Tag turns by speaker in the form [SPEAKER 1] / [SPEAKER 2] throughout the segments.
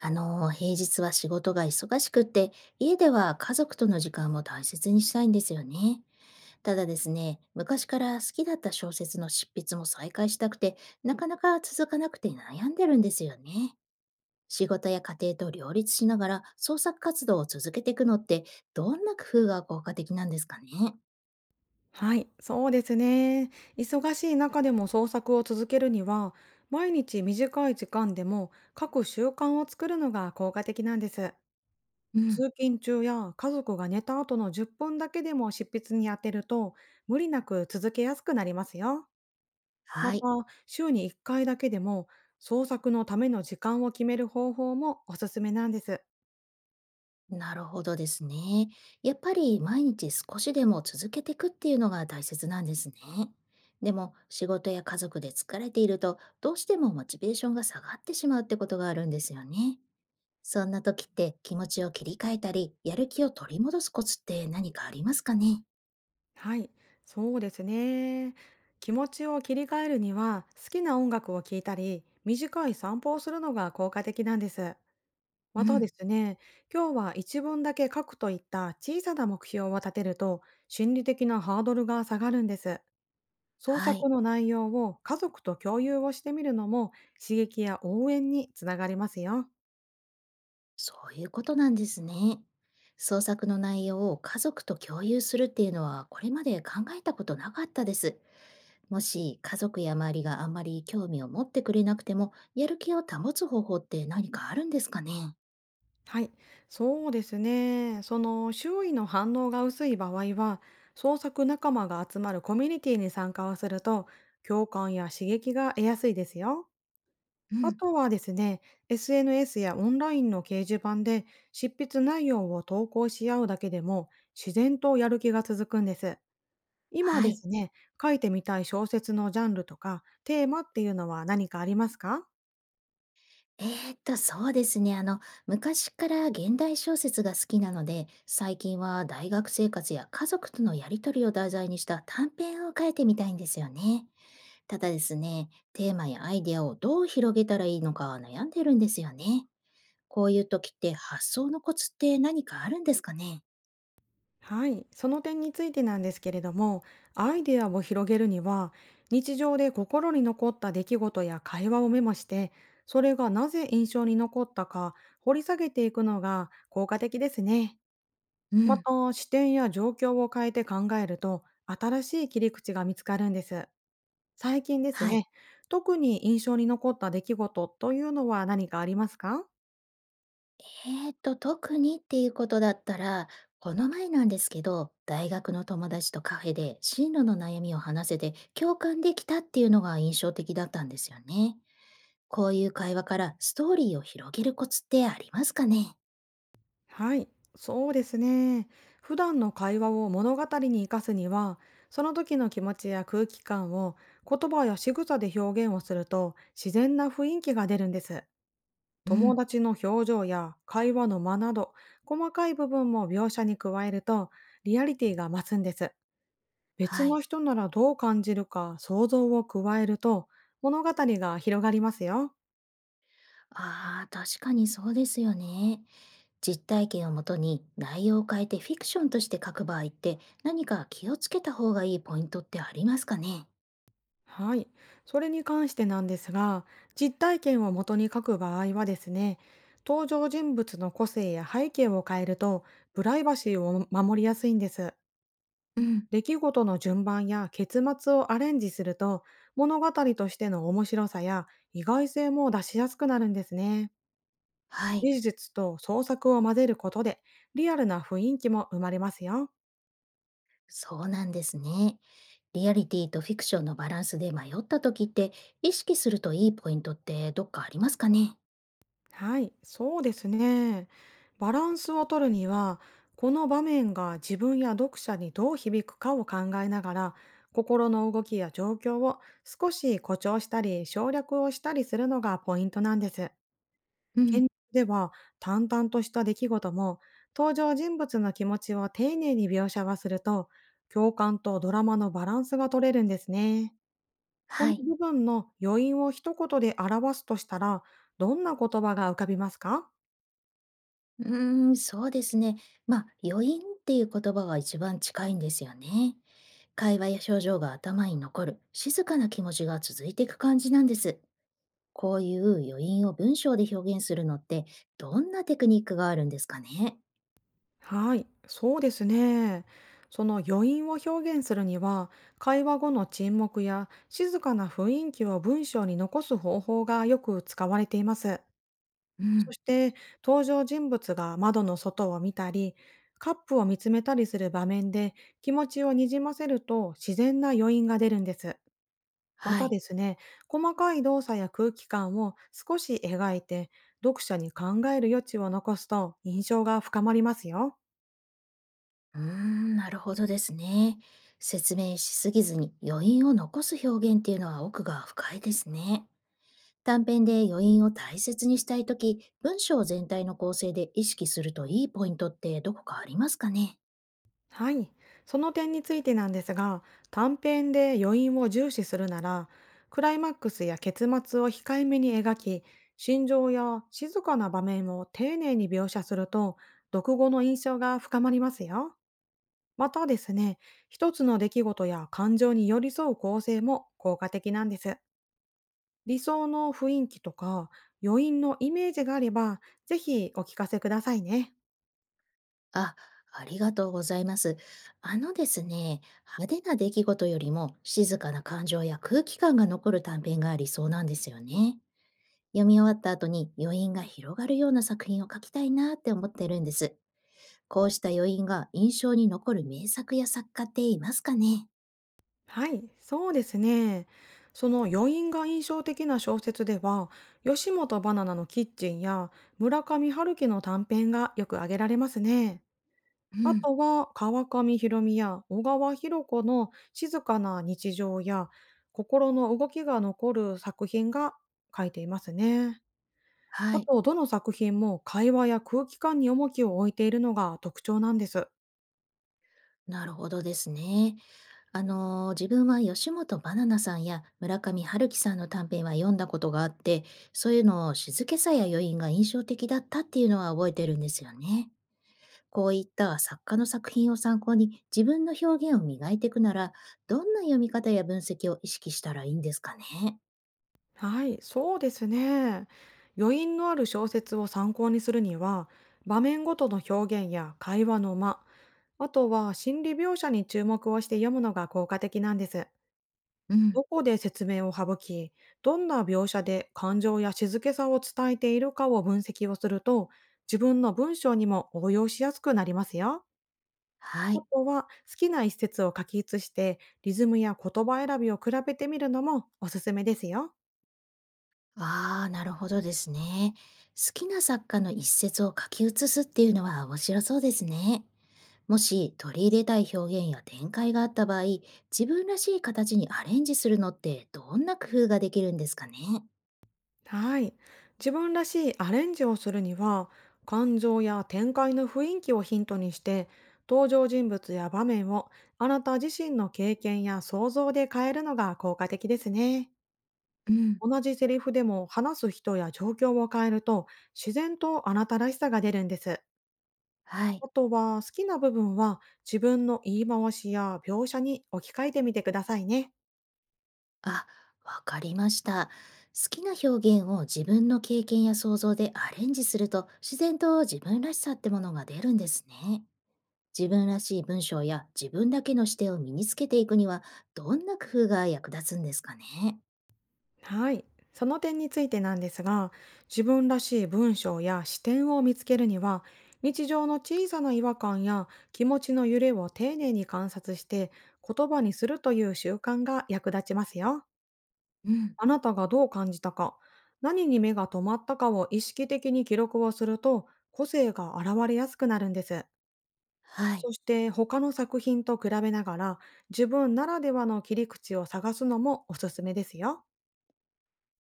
[SPEAKER 1] 平日は仕事が忙しくって、家では家族との時間も大切にしたいんですよね。ただですね、昔から好きだった小説の執筆も再開したくて、なかなか続かなくて悩んでるんですよね。仕事や家庭と両立しながら創作活動を続けていくのって、どんな工夫が効果的なんですかね。
[SPEAKER 2] はい、そうですね。忙しい中でも創作を続けるには、毎日短い時間でも書く習慣を作るのが効果的なんです。
[SPEAKER 1] うん。
[SPEAKER 2] 通勤中や家族が寝た後の10分だけでも執筆に当てると、無理なく続けやすくなりますよ。ま
[SPEAKER 1] は
[SPEAKER 2] た、
[SPEAKER 1] い。
[SPEAKER 2] 週に1回だけでも創作のための時間を決める方法もおすすめなんです。
[SPEAKER 1] なるほどですね。やっぱり毎日少しでも続けていくっていうのが大切なんですね。でも仕事や家族で疲れているとどうしてもモチベーションが下がってしまうってことがあるんですよね。そんな時って気持ちを切り替えたり、やる気を取り戻すコツって何かありますかね？
[SPEAKER 2] はい、そうですね。気持ちを切り替えるには、好きな音楽を聴いたり、短い散歩をするのが効果的なんです。
[SPEAKER 1] う
[SPEAKER 2] またで
[SPEAKER 1] ん、
[SPEAKER 2] すね、今日は一文だけ書くといった小さな目標を立てると、心理的なハードルが下がるんです。創
[SPEAKER 1] は
[SPEAKER 2] 作
[SPEAKER 1] い、
[SPEAKER 2] の内容を家族と共有をしてみるのも、刺激や応援につながりますよ。
[SPEAKER 1] そういうことなんですね。創作の内容を家族と共有するっていうのはこれまで考えたことなかったです。もし家族や周りがあんまり興味を持ってくれなくても、やる気を保つ方法って何かあるんですかね？
[SPEAKER 2] はい、そうですね。その周囲の反応が薄い場合は、創作仲間が集まるコミュニティに参加をすると、共感や刺激が得やすいですよ。
[SPEAKER 1] う
[SPEAKER 2] あ
[SPEAKER 1] ん、
[SPEAKER 2] とはですね、SNS やオンラインの掲示板で執筆内容を投稿し合うだけでも、自然とやる気が続くんです。今
[SPEAKER 1] は
[SPEAKER 2] で
[SPEAKER 1] い。
[SPEAKER 2] すね、書いてみたい小説のジャンルとかテーマっていうのは何かありますか？
[SPEAKER 1] えそうですね。昔から現代小説が好きなので、最近は大学生活や家族とのやりとりを題材にした短編を書いてみたいんですよね。ただですね、テーマやアイデアをどう広げたらいいのか悩んでるんですよね。こういう時って発想のコツって何かあるんですかね？
[SPEAKER 2] はい、その点についてなんですけれども、アイデアを広げるには、日常で心に残った出来事や会話をメモして、それがなぜ印象に残ったか掘り下げていくのが効果的ですね。
[SPEAKER 1] う
[SPEAKER 2] ま
[SPEAKER 1] ん。
[SPEAKER 2] た、視点や状況を変えて考えると、新しい切り口が見つかるんです。最近です
[SPEAKER 1] はい。
[SPEAKER 2] ね、特に印象に残った出来事というのは何かありますか？
[SPEAKER 1] 特にっていうことだったら、この前なんですけど、大学の友達とカフェで進路の悩みを話せて共感できたっていうのが印象的だったんですよね。こういう会話からストーリーを広げるコツってありますかね？
[SPEAKER 2] はい、そうですね。普段の会話を物語に生かすには、その時の気持ちや空気感を言葉や仕草で表現をすると自然な雰囲気が出るんです。
[SPEAKER 1] う
[SPEAKER 2] 友
[SPEAKER 1] ん。
[SPEAKER 2] 達の表情や会話の間など、細かい部分も描写に加えるとリアリティが増すんです。別
[SPEAKER 1] は
[SPEAKER 2] の
[SPEAKER 1] い。
[SPEAKER 2] 人ならどう感じるか想像を加えると物語が広がりますよ。
[SPEAKER 1] ああ、確かにそうですよね。実体験をもとに内容を変えてフィクションとして書く場合って何か気をつけた方がいいポイントってありますかね？
[SPEAKER 2] はい。それに関してなんですが、実体験を元に書く場合はですね、登場人物の個性や背景を変えると、プライバシーを守りやすいんです。
[SPEAKER 1] うん。
[SPEAKER 2] 出来事の順番や結末をアレンジすると、物語としての面白さや意外性も出しやすくなるんですね。
[SPEAKER 1] はい。
[SPEAKER 2] 技術と創作を混ぜることで、リアルな雰囲気も生まれますよ。
[SPEAKER 1] そうなんですね。リアリティとフィクションのバランスで迷った時って意識するといいポイントってどっかありますかね？
[SPEAKER 2] はい、そうですね。バランスを取るには、この場面が自分や読者にどう響くかを考えながら、心の動きや状況を少し誇張したり省略をしたりするのがポイントなんです。
[SPEAKER 1] う
[SPEAKER 2] 現
[SPEAKER 1] ん、
[SPEAKER 2] 実では淡々とした出来事も登場人物の気持ちを丁寧に描写はすると、共感とドラマのバランスが取れるんですね。そ
[SPEAKER 1] は
[SPEAKER 2] の
[SPEAKER 1] い。
[SPEAKER 2] 部分の余韻を一言で表すとしたら、どんな言葉が浮かびますか？
[SPEAKER 1] うーん、そうですね。まあ、余韻っていう言葉が一番近いんですよね。会話や表情が頭に残る、静かな気持ちが続いていく感じなんです。こういう余韻を文章で表現するのって、どんなテクニックがあるんですかね？
[SPEAKER 2] はい、そうですね。その余韻を表現するには、会話後の沈黙や静かな雰囲気を文章に残す方法がよく使われています。
[SPEAKER 1] う
[SPEAKER 2] そ
[SPEAKER 1] ん。
[SPEAKER 2] して、登場人物が窓の外を見たり、カップを見つめたりする場面で気持ちをにじませると自然な余韻が出るんです。ま
[SPEAKER 1] は
[SPEAKER 2] た
[SPEAKER 1] い。
[SPEAKER 2] ですね、細かい動作や空気感を少し描いて、読者に考える余地を残すと印象が深まりますよ。
[SPEAKER 1] うーん、なるほどですね。説明しすぎずに余韻を残す表現っていうのは奥が深いですね。短編で余韻を大切にしたいとき、文章全体の構成で意識するといいポイントってどこかありますかね？
[SPEAKER 2] はい、その点についてなんですが、短編で余韻を重視するなら、クライマックスや結末を控えめに描き、心情や静かな場面を丁寧に描写すると、読後の印象が深まりますよ。またですね、一つの出来事や感情に寄り添う構成も効果的なんです。理想の雰囲気とか余韻のイメージがあれば、ぜひお聞かせくださいね。
[SPEAKER 1] あ、ありがとうございます。あのですね、派手な出来事よりも静かな感情や空気感が残る短編が理想なんですよね。読み終わった後に余韻が広がるような作品を書きたいなって思ってるんです。こうした余韻が印象に残る名作や作家っていますかね？
[SPEAKER 2] はい、そうですね。その余韻が印象的な小説では、吉本ばななのキッチンや村上春樹の短編がよく挙げられますね。
[SPEAKER 1] う
[SPEAKER 2] あ
[SPEAKER 1] ん、
[SPEAKER 2] とは川上弘美や小川博子の静かな日常や心の動きが残る作品が書いていますね。
[SPEAKER 1] は
[SPEAKER 2] あ
[SPEAKER 1] い、
[SPEAKER 2] と、どの作品も会話や空気感に重きを置いているのが特徴なんです。
[SPEAKER 1] なるほどですね。自分は吉本ばななさんや村上春樹さんの短編は読んだことがあって、そういうのを静けさや余韻が印象的だったっていうのは覚えてるんですよね。こういった作家の作品を参考に自分の表現を磨いていくなら、どんな読み方や分析を意識したらいいんですかね？
[SPEAKER 2] はい、そうですね。余韻のある小説を参考にするには、場面ごとの表現や会話の間、あとは心理描写に注目をして読むのが効果的なんです。
[SPEAKER 1] う
[SPEAKER 2] ど
[SPEAKER 1] ん、
[SPEAKER 2] こで説明を省き、どんな描写で感情や静けさを伝えているかを分析をすると、自分の文章にも応用しやすくなりますよ。
[SPEAKER 1] は
[SPEAKER 2] あ
[SPEAKER 1] い。
[SPEAKER 2] とは好きな一節を書き写して、リズムや言葉選びを比べてみるのもおすすめですよ。
[SPEAKER 1] ああ、なるほどですね。好きな作家の一節を書き写すっていうのは面白そうですね。もし取り入れたい表現や展開があった場合、自分らしい形にアレンジするのってどんな工夫ができるんですかね？
[SPEAKER 2] はい。自分らしいアレンジをするには、感情や展開の雰囲気をヒントにして、登場人物や場面をあなた自身の経験や想像で変えるのが効果的ですね。
[SPEAKER 1] うん。
[SPEAKER 2] 同じセリフでも話す人や状況を変えると、自然とあなたらしさが出るんです。
[SPEAKER 1] はい。
[SPEAKER 2] あとは好きな部分は自分の言い回しや描写に置き換えてみてくださいね。
[SPEAKER 1] あ、わかりました。好きな表現を自分の経験や想像でアレンジすると自然と自分らしさってものが出るんですね。自分らしい文章や自分だけの視点を身につけていくには、どんな工夫が役立つんですかね？
[SPEAKER 2] はい。その点についてなんですが、自分らしい文章や視点を見つけるには、日常の小さな違和感や気持ちの揺れを丁寧に観察して言葉にするという習慣が役立ちますよ。
[SPEAKER 1] うん、
[SPEAKER 2] あなたがどう感じたか、何に目が止まったかを意識的に記録をすると、個性が現れやすくなるんです。
[SPEAKER 1] はい、
[SPEAKER 2] そして他の作品と比べながら、自分ならではの切り口を探すのもおすすめですよ。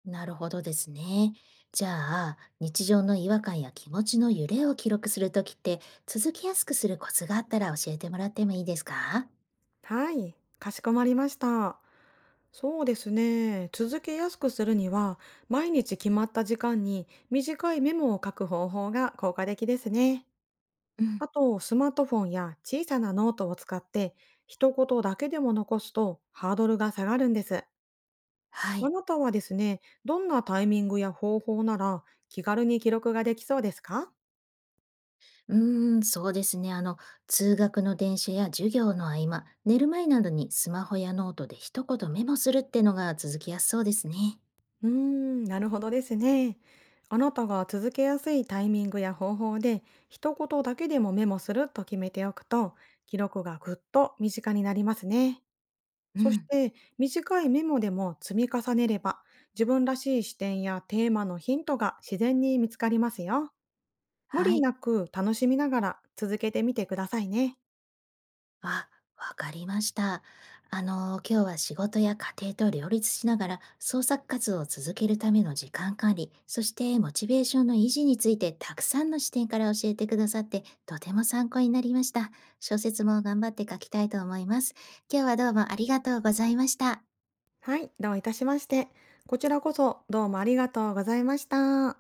[SPEAKER 1] なるほどですね。じゃあ、日常の違和感や気持ちの揺れを記録するときって、続きやすくするコツがあったら教えてもらってもいいですか？
[SPEAKER 2] はい、かしこまりました。そうですね。続けやすくするには、毎日決まった時間に短いメモを書く方法が効果的ですね。
[SPEAKER 1] うん、
[SPEAKER 2] あと、スマートフォンや小さなノートを使って、一言だけでも残すとハードルが下がるんです。
[SPEAKER 1] は
[SPEAKER 2] あ
[SPEAKER 1] い。
[SPEAKER 2] なたはですね、どんなタイミングや方法なら気軽に記録ができそうですか？
[SPEAKER 1] うーん、そうですね。通学の電車や授業の合間、寝る前などにスマホやノートで一言メモするってのが続きやすそうですね。
[SPEAKER 2] うーん、なるほどですね。あなたが続けやすいタイミングや方法で、一言だけでもメモすると決めておくと、記録がぐっと身近になりますね。
[SPEAKER 1] う
[SPEAKER 2] そし
[SPEAKER 1] ん。
[SPEAKER 2] て、短いメモでも積み重ねれば、自分らしい視点やテーマのヒントが自然に見つかりますよ。無
[SPEAKER 1] は
[SPEAKER 2] 理
[SPEAKER 1] い。
[SPEAKER 2] なく楽しみながら続けてみてくださいね。
[SPEAKER 1] あ、わかりました。今日は仕事や家庭と両立しながら創作活動を続けるための時間管理、そしてモチベーションの維持についてたくさんの視点から教えてくださって、とても参考になりました。小説も頑張って書きたいと思います。今日はどうもありがとうございました。
[SPEAKER 2] はい、どういたしまして。こちらこそどうもありがとうございました。